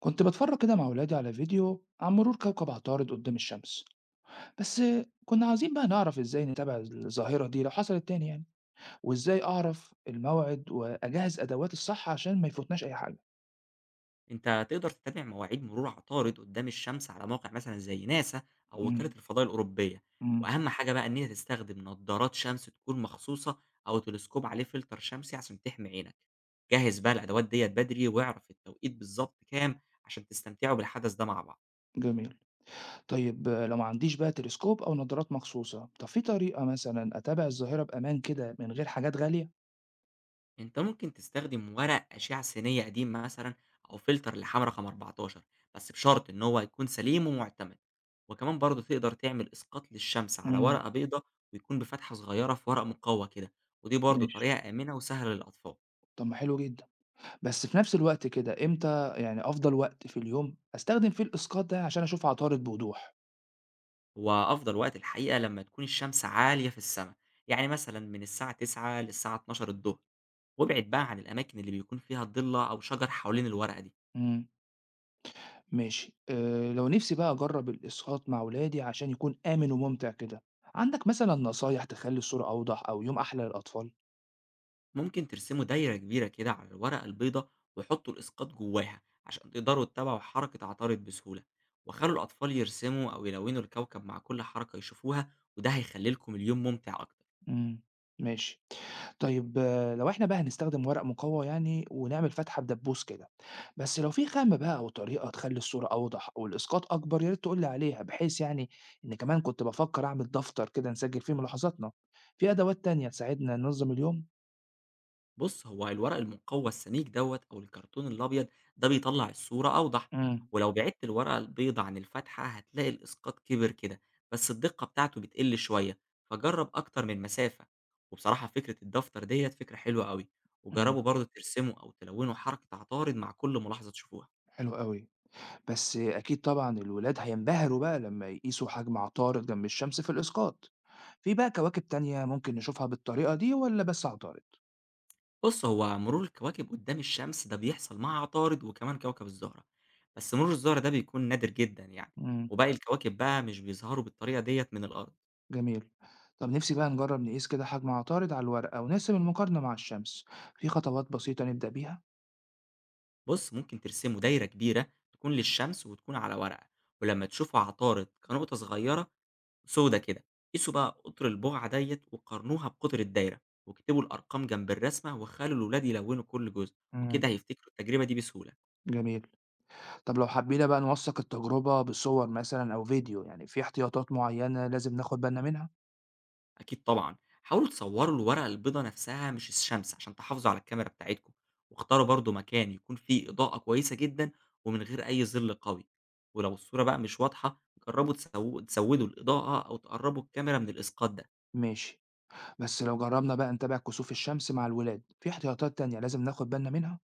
كنت بتفرج كده مع ولادي على فيديو عن مرور كوكب عطارد قدام الشمس. بس كنا عايزين بقى نعرف ازاي نتابع الظاهرة دي لو حصلت تاني يعني، وازاي اعرف الموعد واجهز ادوات الصح عشان ما يفوتناش اي حاجة. أنت تقدر تتابع مواعيد مرور عطارد قدّام الشمس على مواقع مثلًا زي ناسا أو وكالة امم. الفضاء الأوروبية، امم. وأهم حاجة بقى إن أنت تستخدم نضارات شمس تكون مخصوصة أو تلسكوب عليه فلتر شمسي عشان تحمي عينك، جهّز بقى الأدوات ديّة بدري واعرف التوقيت بالضبط كام عشان تستمتعوا بالحدث ده مع بعض. جميل. طيب آه، لو ما عنديش بقى تلسكوب او نظارات مخصوصة، طب في طريقة مثلا اتابع الظاهرة بامان كده من غير حاجات غالية؟ أنت ممكن تستخدم ورق أشعة سينية قديم مثلًا أو فلتر لحام رقم 14 بس بشرط إن هو يكون سليم ومعتمد، وكمان برضه تقدر تعمل إسقاط للشمس على امم. ورقة بيضة ويكون بفتحة صغيرة في ورق مقوى كده، ودي برضه ماشي. طريقة آمنة وسهلة للأطفال. طب ما حلو جدا، بس في نفس الوقت كده امتى يعني افضل وقت في اليوم استخدم فيه الاسقاط ده عشان اشوف عطارد بوضوح؟ هو أفضل وقت الحقيقة لما تكون الشمس عالية في السما، يعني مثلًا من الساعة 9:00 للساعة 12:00 الضهر، وابعد بقى عن الأماكن اللي بيكون فيها ضلة أو شجر حوالين الورقة دي. امم. ماشي لو نِفْسي بقى أجرّب الإسقاط مع ولادي عشان يكون آمن وممتع كده، عندك مثلًا نصايح تخلّي الصورة أوضح أو يوم أحلى للأطفال؟ ممكن ترسموا دايرة كبيرة كده على الورقة البيضاء وحطوا الإسقاط جواها عشان تقدروا تتابعوا حركة عطارد بسهولة وخلوا الأطفال يرسموا أو يلونوا الكوكب مع كل حركة يشوفوها وده هيخلي لكم اليوم ممتع أكتر. إمم، ماشي. طيب آه، لو إحنا بقى هنستخدم ورق مقوّى يعني ونعمل فتحة بدبوس كده، بس لو في خامة بقى أو طريقة تخلّي الصورة أوضح أو الإسقاط أكبر يا ريت تقول لي عليها، بحيث يعني إن كمان كنت بافكّر أعمل دفتر كده نسجّل فيه ملاحظاتنا، في أدوات تانية تساعدنا ننظّم اليوم؟ بص، هو الورق المقوى السميك دوت او الكرتون الابيض ده بيطلع الصورة اوضح، إمم. ولو بعدت الورقة البيضة عن الفتحة هتلاقي الاسقاط كبر كده بس الدقة بتاعته بتقل شوية، فجرب اكتر من مسافة. وبصراحة فكرة الدفتر ديت فكرة حلوة قوي، إمم. وجربوا برضه ترسموا او تلونوا حركة عطارد مع كل ملاحظة تشوفوها. حلو أوي. بس أكيد طبعًا الولاد هينبهروا بقى لمّا يقيسوا حجم عطارد جنب الشمس في الإسقاط. في بقى كواكب تانية ممكن نشوفها بالطريقة دي والّا بس عطارد؟ بص، هو مرور الكواكب قدام الشمس ده بيحصل مع عطارد وكمان كوكب الزهرة، بس مرور الزهرة ده بيكون نادر جدا يعني، إمم. وباقي الكواكب بقى مش بيظهروا بالطريقة ديت من الارض. جميل. طب نفسي بقى نجرب نقيس كده حجم عطارد على الورقة ونقسم المقارنة مع الشمس. في خطوات بسيطة نبدأ بيها؟ بُص، ممكن ترسمه دايرة كبيرة تكون للشمس وتكون على ورقة، ولمّا تشوفه عطارد كنقطة صغيرة سودا كده، قيسوا بقى قطر البُقعة ديّة وقارنوها بقطر الدايرة، واكتبوا الأرقام جنب الرسمة وخلوا الولاد يلونوا كل جزء، إمم. وكده هيفتكروا التجربة دي بسهولة. جميل. طب لو حبينا بقى نوثق التجربة بصور مثلًا أو فيديو، يعني في احتياطات معينة لازم ناخد بالنا منها؟ أكيد طبعًا، حاولوا تصوروا الورقة البيضا نفسها مش الشمس عشان تحافظوا على الكاميرا بتاعتكم، واختاروا برضه مكان يكون فيه إضاءة كويسة جدًا ومن غير أي ظِل قوي، ولو الصورة بقى مش واضحة جربوا تسودوا الإضاءة أو تقربوا الكاميرا من الإسقاط ده. ماشي. بس لو جربنا بقى نتابع كسوف الشمس مع الولاد، في احتياطات تانية لازم ناخد بالنا منها؟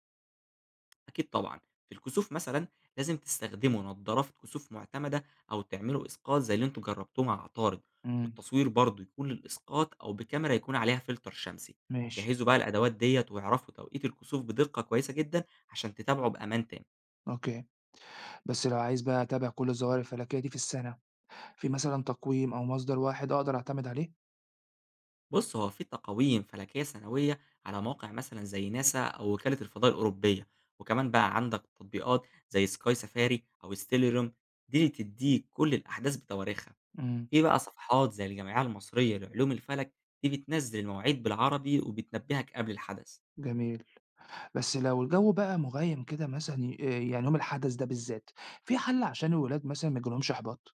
أكيد طبعًا، في الكسوف مثلًا لازم تستخدموا نضارات كسوف معتمدة أو تعملوا إسقاط زي اللي أنتم جربتوه مع عطارد، إمم. والتصوير برضه يكون للإسقاط أو بكاميرا يكون عليها فلتر شمسي، ماشي. جهّزوا بقى الأدوات ديّة واعرفوا توقيت الكسوف بدقة كويسة جدًا عشان تتابعوا بأمان تام. أوكي. بس لو عايز بقى أتابع كل الظواهر الفلكية دي في السنة، في مثلًا تقويم أو مصدر واحد أقدر أعتمد عليه؟ بُص، هو في تقاويم فلكية سنوية على مواقع مثلًا زي ناسا أو وكالة الفضاء الأوروبية، وكمان بقى عندك تطبيقات زي Sky Safari أو Stellarium، دي اللي تدّيك كل الأحداث بتواريخها. إمم. في بقى صفحات زي الجمعية المصرية لعلوم الفلك، دي بتنزل المواعيد بالعربي وبتنبهك قبل الحدث. جميل. بس لو الجو بقى مغيم كده مثلًا ي يعني يوم الحدث ده بالذات، في حل عشان الولاد مثلًا ما يجيلهمش إحباط؟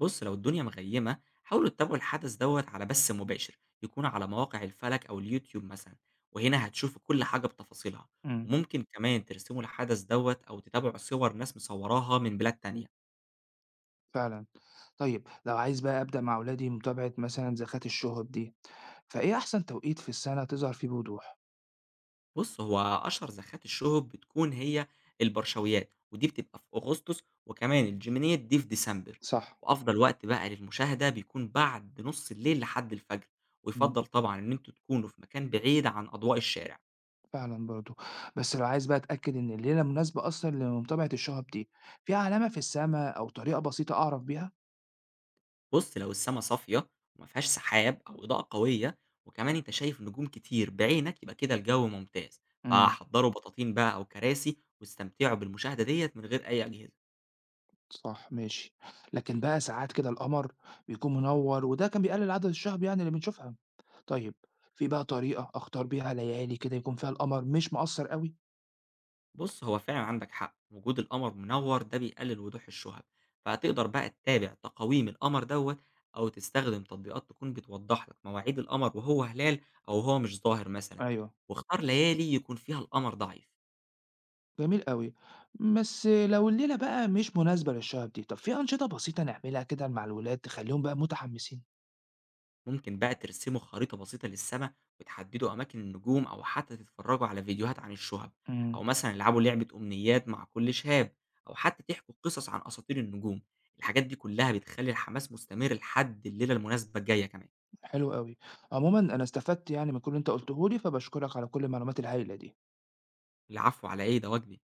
بص، لو الدنيا مغيمة حاولوا تتابعوا الحدث دوت على بث مباشر يكون على مواقع الفلك أو اليوتيوب مثلا، وهنا هتشوفوا كل حاجة بتفاصيلها، إمم. وممكن كمان ترسموا الحدث دوت أو تتابعوا صور ناس مصوراها من بلاد تانية. فعلًا. طيب لو عايز بقى أبدأ مع ولادي متابعة مثلًا زكاة الشهب دي، فإيه أحسن توقيت في السنة تظهر فيه بوضوح؟ بُص، هو أشهر زخات الشهب بتكون هي البرشويات، ودي بتبقى في أغسطس، وكمان الجمينيات دي في ديسمبر، صح. وأفضل وقت بقى للمشاهدة بيكون بعد نُص الليل لحد الفجر، إمم. ويُفضّل طبعًا إن أنتم تكونوا في مكان بعيد عن أضواء الشارع. فعلًا برضه، بس لو عايز بقى أتأكد إن الليلة مناسبة أصلًا لمتابعة الشُّهب دي، في علامة في السما أو طريقة بسيطة أعرف بيها؟ بُص، لو السما صافية وما فيهاش سحاب أو إضاءة قوية، وكمان أنت شايف نجوم كتير بعينك، يبقى كده الجو ممتاز، إمم. فحضّروا بطاطين بقى أو كراسي واستمتعوا بالمشاهدة ديّة من غير أي أجهزة. صح، ماشي. لكن بقى ساعات كده القمر بيكون منوّر وده كان بيقلل عدد الشُّهب يعني اللي بنشوفها. طيب، في بقى طريقة أختار بيها ليالي كده يكون فيها القمر مش مأثّر أوي؟ بُص، هو فعلًا عندك حق، وجود القمر منوّر ده بيقلل وضوح الشُّهب، فهتقدر بقى تتابع تقاويم القمر دوّة أو تستخدم تطبيقات تكون بتوضح لك مواعيد القمر وهو هلال أو وهو مش ظاهر مثلًا، أيوه. واختار ليالي يكون فيها القمر ضعيف. جميل أوي، بس لو الليلة بقى مش مناسبة للشُّهب دي، طب في أنشطة بسيطة نعملها كده مع الولاد تخلّيهم بقى متحمسين؟ ممكن بقى ترسموا خريطة بسيطة للسما وتحددوا أماكن النجوم أو حتى تتفرجوا على فيديوهات عن الشُّهب، أو إمم. مثلًا العبوا لعبة أمنيات مع كل شهاب، أو حتى تحكوا قصص عن أساطير النجوم، الحاجات دي كلها بتخلّي الحماس مستمر لحد الليلة المناسبة الجاية كمان. حلو أوي. عمومًا أنا استفدت يعني من كل اللي أنت قُلته لي، فباشكرك على كل المعلومات الهايلة دي. العفو على إيه، ده واجبي.